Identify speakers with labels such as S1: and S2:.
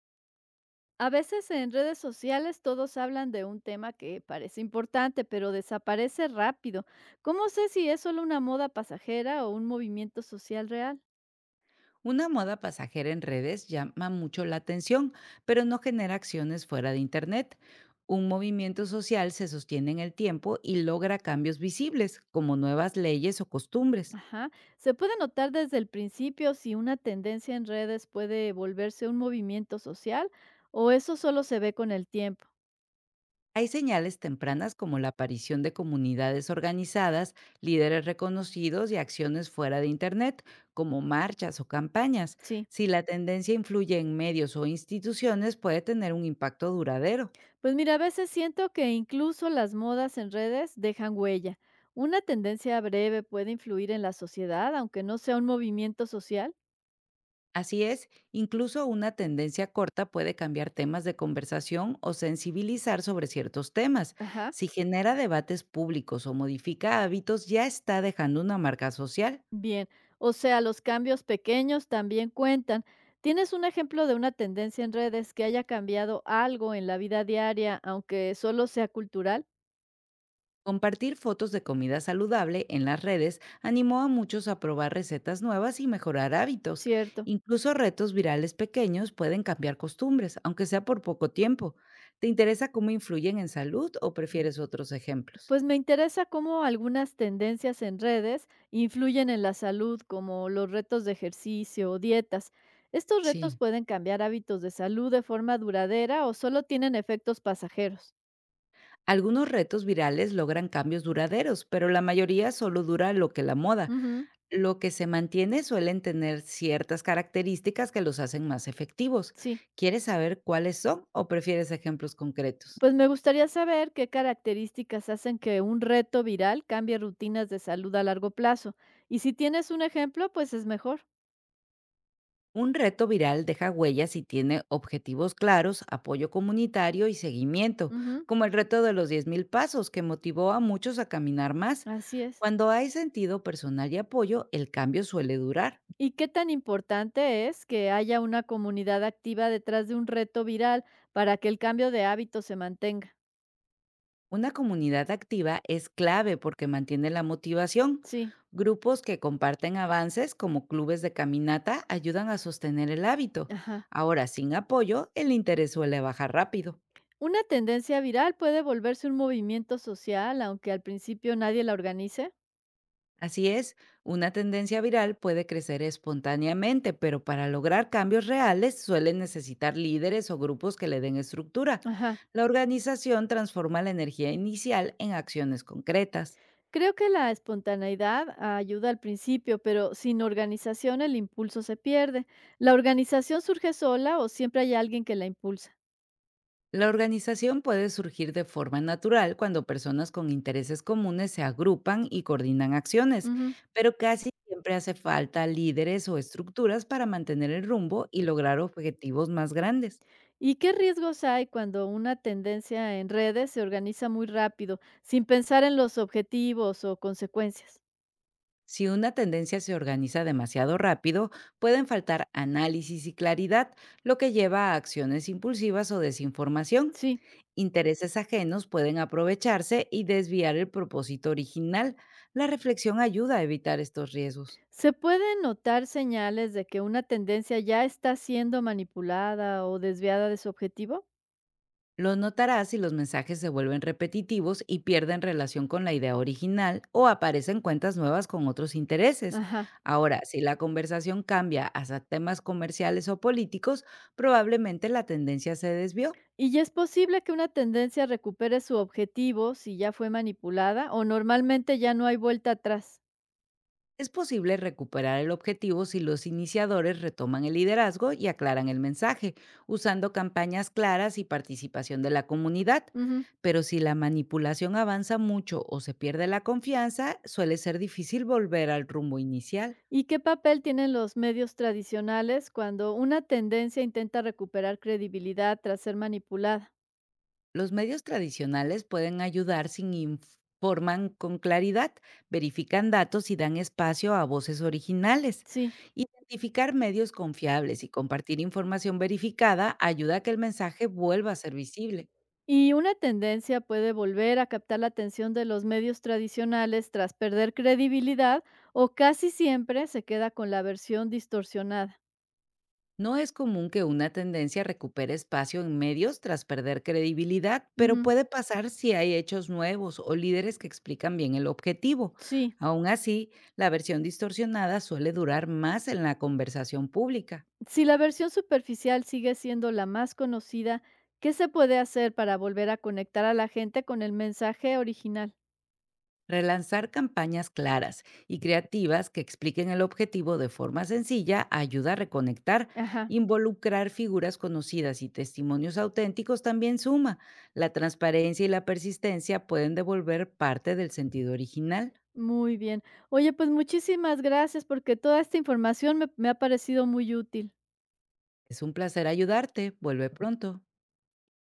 S1: A veces en redes sociales todos hablan de un tema que parece importante, pero desaparece rápido. ¿Cómo sé si es solo una moda pasajera o un movimiento social real?
S2: Una moda pasajera en redes llama mucho la atención, pero no genera acciones fuera de Internet. Un movimiento social se sostiene en el tiempo y logra cambios visibles, como nuevas leyes o costumbres.
S1: Ajá. Se puede notar desde el principio si una tendencia en redes puede volverse un movimiento social o eso solo se ve con el tiempo.
S2: Hay señales tempranas como la aparición de comunidades organizadas, líderes reconocidos y acciones fuera de Internet, como marchas o campañas.
S1: Sí.
S2: Si la tendencia influye en medios o instituciones, puede tener un impacto duradero.
S1: Pues mira, a veces siento que incluso las modas en redes dejan huella. ¿Una tendencia breve puede influir en la sociedad, aunque no sea un movimiento social?
S2: Así es, incluso una tendencia corta puede cambiar temas de conversación o sensibilizar sobre ciertos temas.
S1: Ajá.
S2: Si genera debates públicos o modifica hábitos, ya está dejando una marca social.
S1: Bien, o sea, los cambios pequeños también cuentan. ¿Tienes un ejemplo de una tendencia en redes que haya cambiado algo en la vida diaria, aunque solo sea cultural?
S2: Compartir fotos de comida saludable en las redes animó a muchos a probar recetas nuevas y mejorar hábitos.
S1: Cierto.
S2: Incluso retos virales pequeños pueden cambiar costumbres, aunque sea por poco tiempo. ¿Te interesa cómo influyen en salud o prefieres otros ejemplos?
S1: Pues me interesa cómo algunas tendencias en redes influyen en la salud, como los retos de ejercicio o dietas. ¿Estos retos
S2: Sí.
S1: pueden cambiar hábitos de salud de forma duradera o solo tienen efectos pasajeros?
S2: Algunos retos virales logran cambios duraderos, pero la mayoría solo dura lo que la moda.
S1: Ujú,
S2: Lo que se mantiene suelen tener ciertas características que los hacen más efectivos.
S1: sí.
S2: ¿Quieres saber cuáles son o prefieres ejemplos concretos?
S1: Pues me gustaría saber qué características hacen que un reto viral cambie rutinas de salud a largo plazo. Y si tienes un ejemplo, pues es mejor.
S2: Un reto viral deja huellas y tiene objetivos claros, apoyo comunitario y seguimiento,
S1: Ujú,
S2: como el reto de los 10.000 pasos que motivó a muchos a caminar más.
S1: así es.
S2: Cuando hay sentido personal y apoyo, el cambio suele durar.
S1: ¿Y qué tan importante es que haya una comunidad activa detrás de un reto viral para que el cambio de hábito se mantenga?
S2: Una comunidad activa es clave porque mantiene la motivación.
S1: Sí,
S2: Grupos que comparten avances como clubes de caminata ayudan a sostener el hábito.
S1: ajá.
S2: Ahora, sin apoyo, el interés suele bajar rápido.
S1: ¿Una tendencia viral puede volverse un movimiento social, aunque al principio nadie la organice?
S2: Así es, una tendencia viral puede crecer espontáneamente, pero para lograr cambios reales suelen necesitar líderes o grupos que le den estructura.
S1: Ajá.
S2: La organización transforma la energía inicial en acciones concretas.
S1: Creo que la espontaneidad ayuda al principio, pero sin organización el impulso se pierde. ¿La organización surge sola o siempre hay alguien que la impulsa?
S2: La organización puede surgir de forma natural cuando personas con intereses comunes se agrupan y coordinan acciones,
S1: Ujú.
S2: pero casi siempre hace falta líderes o estructuras para mantener el rumbo y lograr objetivos más grandes.
S1: ¿Y qué riesgos hay cuando una tendencia en redes se organiza muy rápido, sin pensar en los objetivos o consecuencias?
S2: Si una tendencia se organiza demasiado rápido, pueden faltar análisis y claridad, lo que lleva a acciones impulsivas o desinformación.
S1: Sí,
S2: Intereses ajenos pueden aprovecharse y desviar el propósito original. La reflexión ayuda a evitar estos riesgos.
S1: se pueden notar señales de que una tendencia ya está siendo manipulada o desviada de su objetivo.
S2: Los notarás si los mensajes se vuelven repetitivos y pierden relación con la idea original o aparecen cuentas nuevas con otros intereses.
S1: Ajá.
S2: Ahora, si la conversación cambia hacia temas comerciales o políticos, probablemente la tendencia se desvió.
S1: Y ya es posible que una tendencia recupere su objetivo si ya fue manipulada o normalmente ya no hay vuelta atrás.
S2: Es posible recuperar el objetivo si los iniciadores retoman el liderazgo y aclaran el mensaje, usando campañas claras y participación de la comunidad.
S1: Ujú.
S2: Pero si la manipulación avanza mucho o se pierde la confianza, suele ser difícil volver al rumbo inicial.
S1: ¿Y qué papel tienen los medios tradicionales cuando una tendencia intenta recuperar credibilidad tras ser manipulada?
S2: Los medios tradicionales pueden ayudar sin informan con claridad, verifican datos y dan espacio a voces originales.
S1: Sí.
S2: Identificar medios confiables y compartir información verificada ayuda a que el mensaje vuelva a ser visible.
S1: ¿Y una tendencia puede volver a captar la atención de los medios tradicionales tras perder credibilidad o casi siempre se queda con la versión distorsionada?
S2: No es común que una tendencia recupere espacio en medios tras perder credibilidad, pero
S1: Ujú.
S2: puede pasar si hay hechos nuevos o líderes que explican bien el objetivo.
S1: Sí.
S2: Aún así, la versión distorsionada suele durar más en la conversación pública.
S1: Si la versión superficial sigue siendo la más conocida, ¿qué se puede hacer para volver a conectar a la gente con el mensaje original?
S2: Relanzar campañas claras y creativas que expliquen el objetivo de forma sencilla ayuda a reconectar.
S1: Ajá,
S2: Involucrar figuras conocidas y testimonios auténticos también suma. La transparencia y la persistencia pueden devolver parte del sentido original.
S1: muy bien. Oye, pues muchísimas gracias porque toda esta información me ha parecido muy útil.
S2: Es un placer ayudarte. Vuelve pronto.